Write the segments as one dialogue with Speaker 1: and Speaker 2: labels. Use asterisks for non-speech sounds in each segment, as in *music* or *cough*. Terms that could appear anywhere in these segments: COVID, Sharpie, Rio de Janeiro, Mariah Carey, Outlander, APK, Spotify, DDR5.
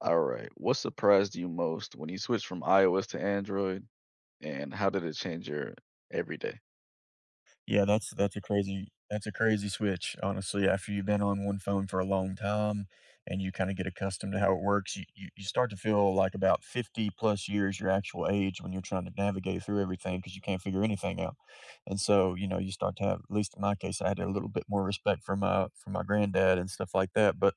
Speaker 1: All right. What surprised you most when you switched from iOS to Android, and how did it change your everyday?
Speaker 2: Yeah, that's a crazy switch, honestly. After you've been on one phone for a long time and you kind of get accustomed to how it works, you start to feel like about 50 plus years your actual age when you're trying to navigate through everything because you can't figure anything out. And so, you know, you start to have, at least in my case, I had a little bit more respect for my granddad and stuff like that. But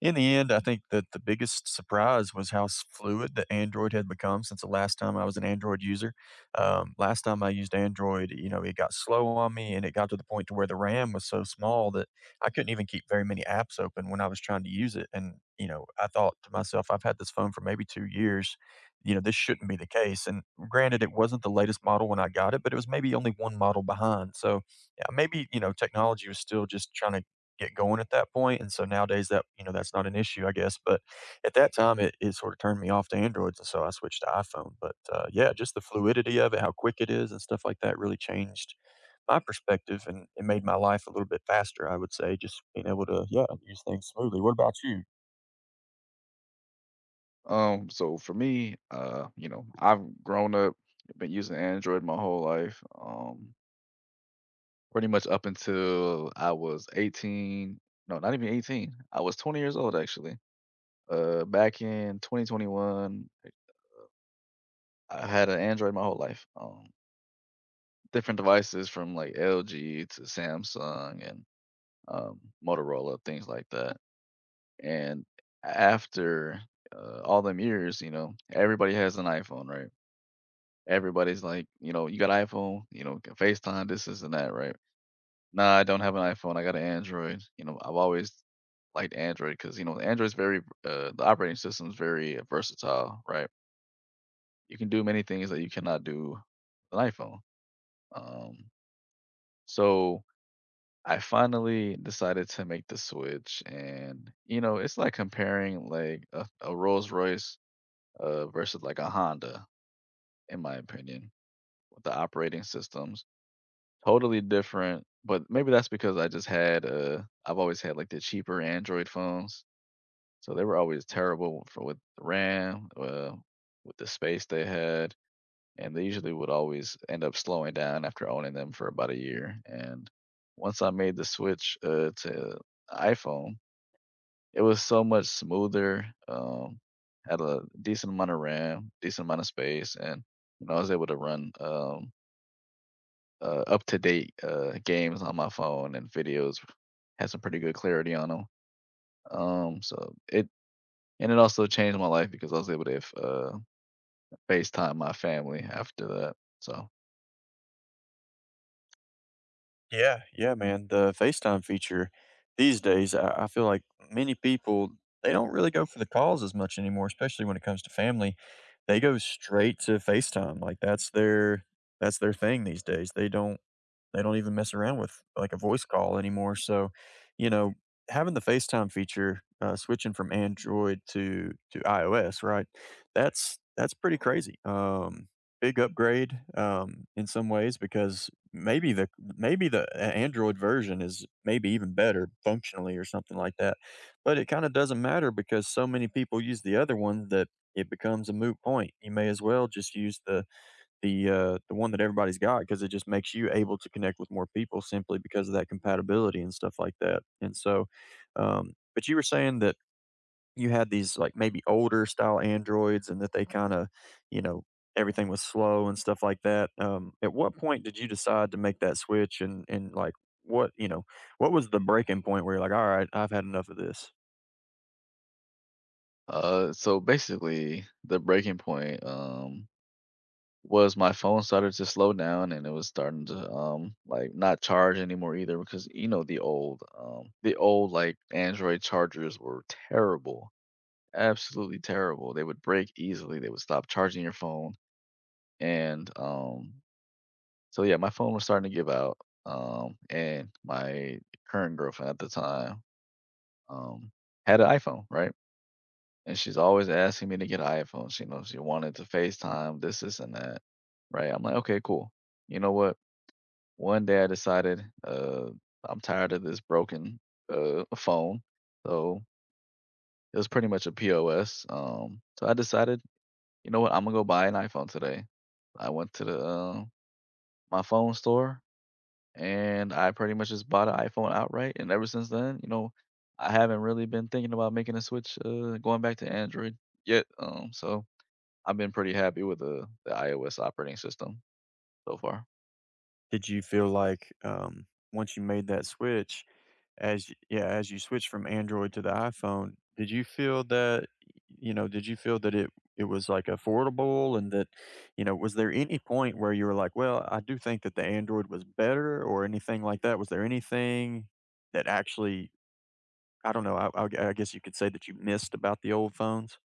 Speaker 2: in the end, I think that the biggest surprise was how fluid the Android had become since the last time I was an Android user. Last time I used Android, you know, it got slow on me, and it got to the point to where the RAM was so small that I couldn't even keep very many apps open when I was trying to use it. And you know, I thought to myself, I've had this phone for maybe 2 years. You know, this shouldn't be the case. And granted, it wasn't the latest model when I got it, but it was maybe only one model behind. So yeah, maybe you know, technology was still just trying to get going at that point, and so nowadays that you know, that's not an issue, I guess, but at that time, it sorta turned me off to Androids, and so I switched to iPhone, but, yeah, just the fluidity of it, how quick it is and stuff like that really changed my perspective, and it made my life a little bit faster, I would say, just being able to, yeah, use things smoothly. What about you?
Speaker 1: So for me, you know, I've grown up, been using Android my whole life. Pretty much up until I was 18. No, not even 18. I was 20 years old actually. Back in 2021, I had an Android my whole life. Different devices from like LG to Samsung and um, Motorola, things like that. And after all them years, you know, everybody has an iPhone, right? Everybody's like, you know, you got iPhone, you know, can FaceTime, this, and that, right? Nah, I don't have an iPhone. I got an Android. You know, I've always liked Android because, you know, Android's very, the operating system's very versatile, right? You can do many things that you cannot do with an iPhone. Um, so I finally decided to make the switch. And, you know, it's like comparing like a Rolls Royce versus like a Honda, in my opinion, with the operating systems. Totally different, but maybe that's because I just had I've always had like the cheaper Android phones, so they were always terrible for with the RAM, with the space they had, and they usually would always end up slowing down after owning them for about a year. And once I made the switch to iPhone, it was so much smoother, had a decent amount of RAM, decent amount of space, and, you know, I was able to run, up-to-date, games on my phone and videos, had some pretty good clarity on 'em. So it and it also changed my life because I was able to f FaceTime my family after that. So,
Speaker 2: Yeah, yeah, man. The FaceTime feature these days, I feel like many people they don't really go for the calls as much anymore, especially when it comes to family. They go straight to FaceTime. Like that's their thing these days. They don't even mess around with like a voice call anymore. So, you know, having the FaceTime feature, switching from Android to iOS, right? That's pretty crazy. Big upgrade in some ways because maybe the a Android version is maybe even better functionally or something like that, but it kinda doesn't matter because so many people use the other one that it becomes a moot point. You may as well just use the one that everybody's got because it just makes you able to connect with more people simply because of that compatibility and stuff like that, and so, but you were saying that you had these like maybe older style Androids and that they kind of, you know, everything was slow and stuff like that. At what point did you decide to make that switch and like what, you know, what was the breaking point where you're like, all right, I've had enough of this?
Speaker 1: so basically, the breaking point, was my phone started to slow down, and it was starting to like not charge anymore either, because you know the old like Android chargers were terrible, absolutely terrible. They would break easily. They would stop charging your phone. And um so yeah, my phone was starting to give out, and my current girlfriend at the time um had an iPhone, right? And she's always asking me to get an iPhone. She knows she wanted to FaceTime, this, and that. Right. I'm like, okay, cool. You know what? One day I decided, I'm tired of this broken, phone, so it was pretty much a POS, so I decided, "You know what? Imma go buy an iPhone today." I went to the, my phone store, and I pretty much just bought an iPhone outright, and ever since then, you know, I haven't really been thinking about making a switch, going back to Android yet, so I've been pretty happy with the iOS operating system so far.
Speaker 2: Did you feel like, once you made that switch, as y yeah, as you switched from Android to the iPhone, did you feel that you know, did you feel that it was, like, affordable and that you know, was there any point where you were like, "Well, I do think that the Android was better," or anything like that? Was there anything that actually I don't know, I guess you could say that you missed about the old phones?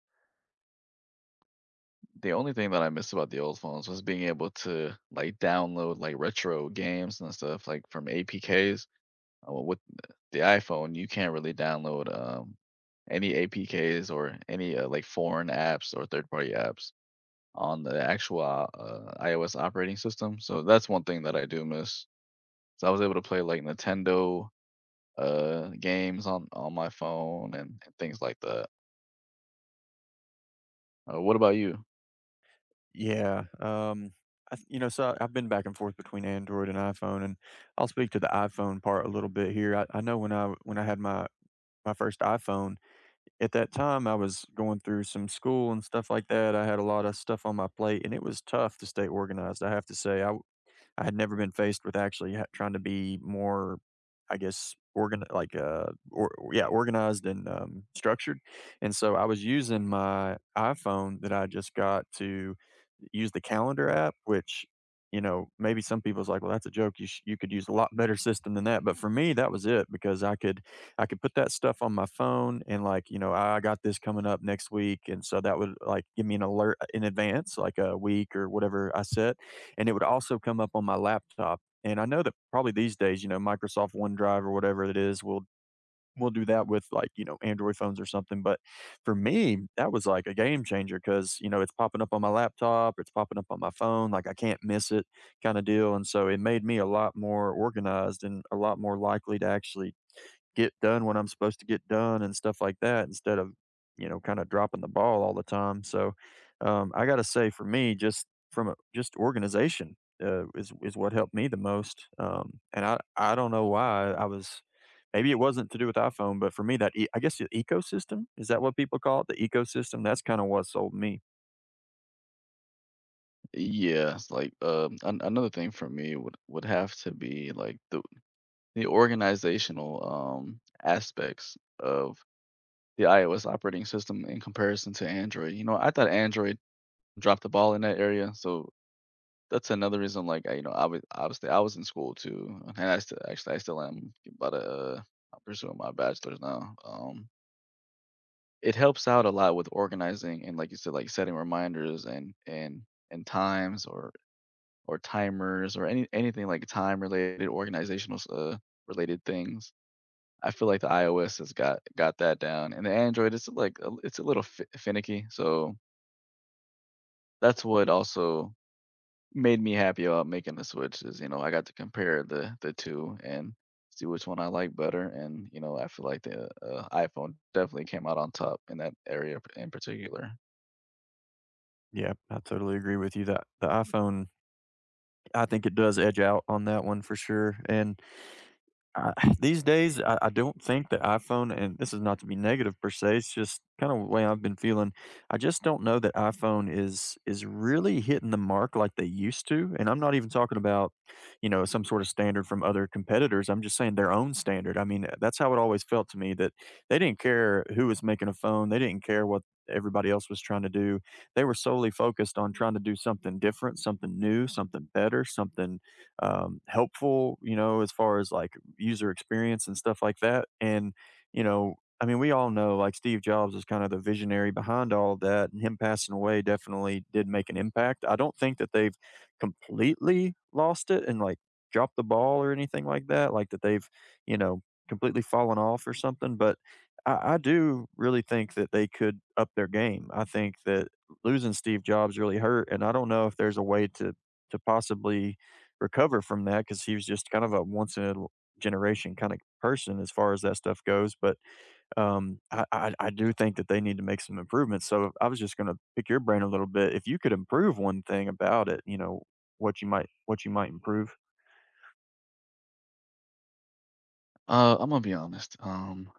Speaker 1: The only thing that I miss about the old phones was being able to, like, download, like, retro games and stuff, like, from APKs. Well, with the iPhone, you can't really download, any APKs or any, like, foreign apps or third-party apps on the actual, iOS operating system, so that's one thing that I do miss. So I was able to play, like, Nintendo, games on my phone and things like that. What about you?
Speaker 2: Yeah. I, you know, so I've been back and forth between Android and iPhone, and I'll speak to the iPhone part a little bit here. I know when I had my first iPhone, at that time I was going through some school and stuff like that. I had a lot of stuff on my plate, and it was tough to stay organized. I have to say, I had never been faced with actually trying to be more, I guess, organ like or yeah, organized and structured. And so I was using my iPhone that I just got to use the calendar app, which you know maybe some people's like, well, that's a joke. You could use a lot better system than that. But for me, that was it because I could put that stuff on my phone and like, you know, I got this coming up next week. And so that would like give me an alert in advance, like a week or whatever I set and it would also come up on my laptop. And I know that probably these days, you know, Microsoft OneDrive or whatever it is will do that with like, you know, Android phones or something, but for me, that was like a game changer because you know, it's popping up on my laptop, it's popping up on my phone, like I can't miss it kinda deal, and so it made me a lot more organized and a lot more likely to actually get done when I'm supposed to get done and stuff like that instead of, you know, kind of dropping the ball all the time. So, I got to say for me, just from a, just organization, is what helped me the most. And I don't know why I was, maybe it wasn't to do with iPhone, but for me that, I guess the ecosystem, is that what people call it? The ecosystem. That's kind of what sold me.
Speaker 1: Yeah, it's like, an another thing for me would have to be, like, the organizational, aspects of the iOS operating system in comparison to Android. You know, I thought Android dropped the ball in that area, so that's another reason. Like, I was obviously, I was in school too, and I still actually, I still am about to, I'm pursuing my bachelor's now. It helps out a lot with organizing and, like you said, like, setting reminders and times or timers or anything like time related, organizational related things. I feel like the iOS has got that down, and the Android is like it's a little finicky. So that's what also made me happy about making the switch is, you know, I got to compare the two and see which one I like better. And you know, I feel like the iPhone definitely came out on top in that area in particular.
Speaker 2: Yeah, I totally agree with you that the iPhone, I think it does edge out on that one for sure. And I *sighs* these days, I don't think the iPhone and this is not to be negative per se, it's just kinda the way I've been feeling. I just don't know that iPhone is really hitting the mark like they used to, and I'm not even talking about, you know, some sort of standard from other competitors, I'm just saying their own standard. I mean, that's how it always felt to me that they didn't care who was making a phone, they didn't care what everybody else was trying to do. They were solely focused on trying to do something different, something new, something better, something, helpful, you know, as far as, like, user experience and stuff like that. And, you know, I mean, we all know like Steve Jobs is kind of the visionary behind all of that, and him passing away definitely did make an impact. I don't think that they've completely lost it and like dropped the ball or anything like that they've, you know, completely fallen off or something. But I do really think that they could up their game. I think that losing Steve Jobs really hurt, and I don't know if there's a way to possibly recover from that because he was just kind of a once in a generation kind of person as far as that stuff goes. But I do think that they need to make some improvements. So I was just going to pick your brain a little bit. If you could improve one thing about it, you know, what you might improve.
Speaker 1: I'm gonna be honest. Um,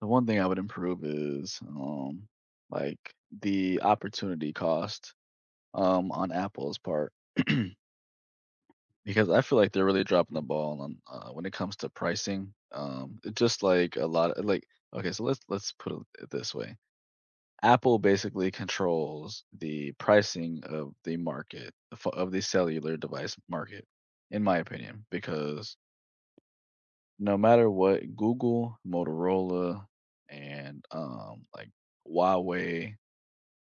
Speaker 1: The one thing I would improve is, like, the opportunity cost, on Apple's part, *clears throat* because I feel like they're really dropping the ball on, when it comes to pricing. It just like a lot of like okay, so let's put it this way. Apple basically controls the pricing of the market, of the cellular device market, in my opinion, because no matter what Google, Motorola, and, Huawei,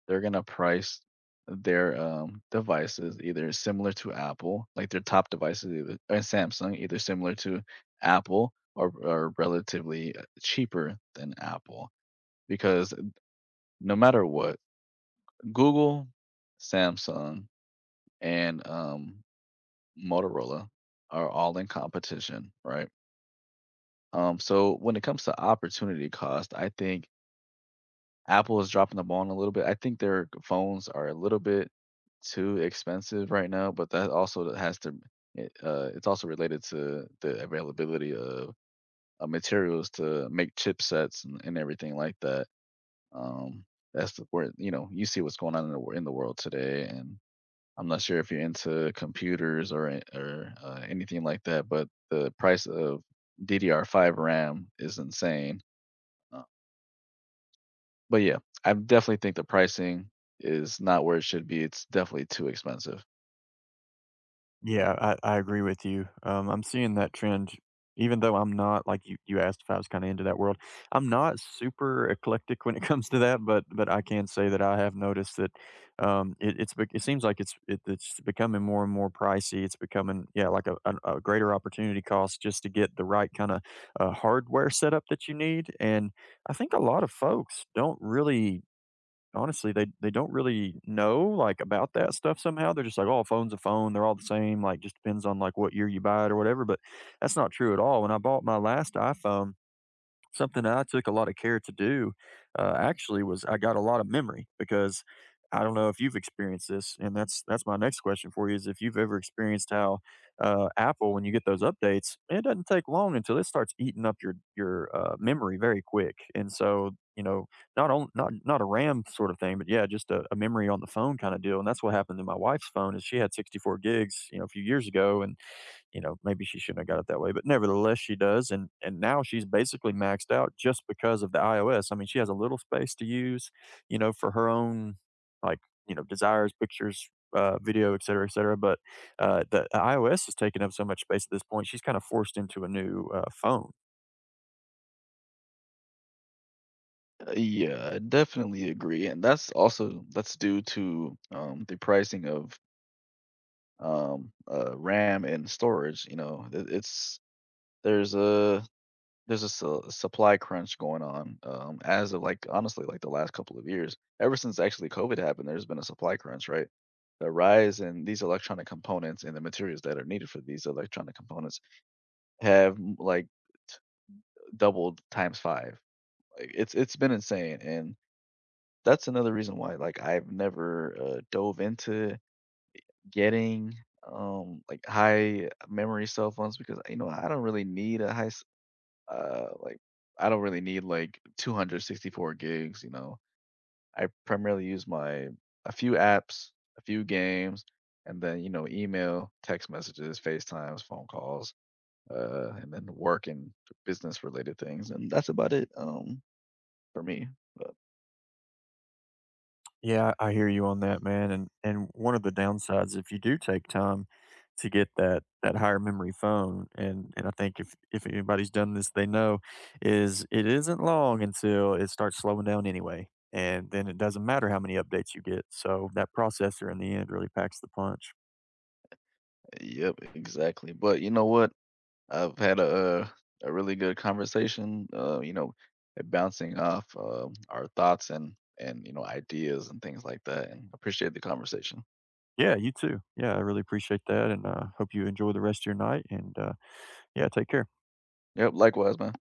Speaker 1: they're gonna price their, devices either similar to Apple, like their top devices either, and Samsung, either similar to Apple or relatively, cheaper than Apple, because no matter what, Google, Samsung, and, Motorola are all in competition, right? So when it comes to opportunity cost, I think Apple is dropping the ball on a little bit. I think their phones are a little bit too expensive right now, but that also has to it's also related to the availability of, materials to make chipsets and, everything like that. Um, that's where you know you see what's going on in the in the world today, and I'm not sure if you're into computers or anything like that, but the price of DDR5 RAM is insane. But yeah, I definitely think the pricing is not where it should be. It's definitely too expensive.
Speaker 2: Yeah, I agree with you. I'm seeing that trend, even though I'm not like you asked if I was kind of into that world. I'm not super eclectic when it *laughs* comes to that, but I can say that I have noticed that it's it seems like it's becoming more and more pricey. It's becoming yeah like a greater opportunity cost just to get the right kind of hardware setup that you need. And I think a lot of folks don't really honestly, they don't really know, like, about that stuff somehow, they're just like, "Oh, a phone's a phone, they're all the same, like, just depends on, like, what year you buy it or whatever," but that's not true at all. When I bought my last iPhone something that I took a lot of care to do, actually was I got a lot of memory because I don't know if you've experienced this, and that's my next question for you is if you've ever experienced how Apple, when you get those updates, it doesn't take long until it starts eating up your memory very quick, and so you know not on not a RAM sort of thing, but yeah, just a memory on the phone kind of deal, and that's what happened to my wife's phone is she had 64 gigs, you know, a few years ago, and you know, maybe she shouldn't have got it that way, but nevertheless, she does, and now she's basically maxed out just because of the iOS. I mean, she has a little space to use, you know, for her own, like, you know, desires, pictures, video, et cetera, but, the iOS is taking up so much space at this point, she's kinda forced into a new, phone.
Speaker 1: Yeah, I definitely agree, and that's also that's due to the pricing of RAM and storage. You know, it's there's a there's a supply crunch going on, as of like honestly like the last couple of years. Ever since actually COVID happened, there's been a supply crunch, right? The rise in these electronic components and the materials that are needed for these electronic components have doubled times 5. Like, it's been insane. And that's another reason why, like, I've never, dove into getting, high memory cell phones, because, you know, I don't really need a uh, like, I don't really need, like, 264 gigs, you know? I primarily use my a few apps, a few games, and then, you know, email, text messages, FaceTimes, phone calls, and then work and business related things, and that's about it, for me. But
Speaker 2: Yeah, I hear you on that, man, and one of the downsides, if you do take time to get that higher memory phone, and I think if anybody's done this, they know, is it isn't long until it starts slowing down anyway, and then it doesn't matter how many updates you get, so that processor in the end really packs the punch.
Speaker 1: yep, exactly. But you know what? I've had a really good conversation. You know, and bouncing off our thoughts and you know ideas and things like that. And appreciate the conversation.
Speaker 2: Yeah, you too. Yeah, I really appreciate that, and, hope you enjoy the rest of your night, and, yeah, take care.
Speaker 1: Yep, likewise, man.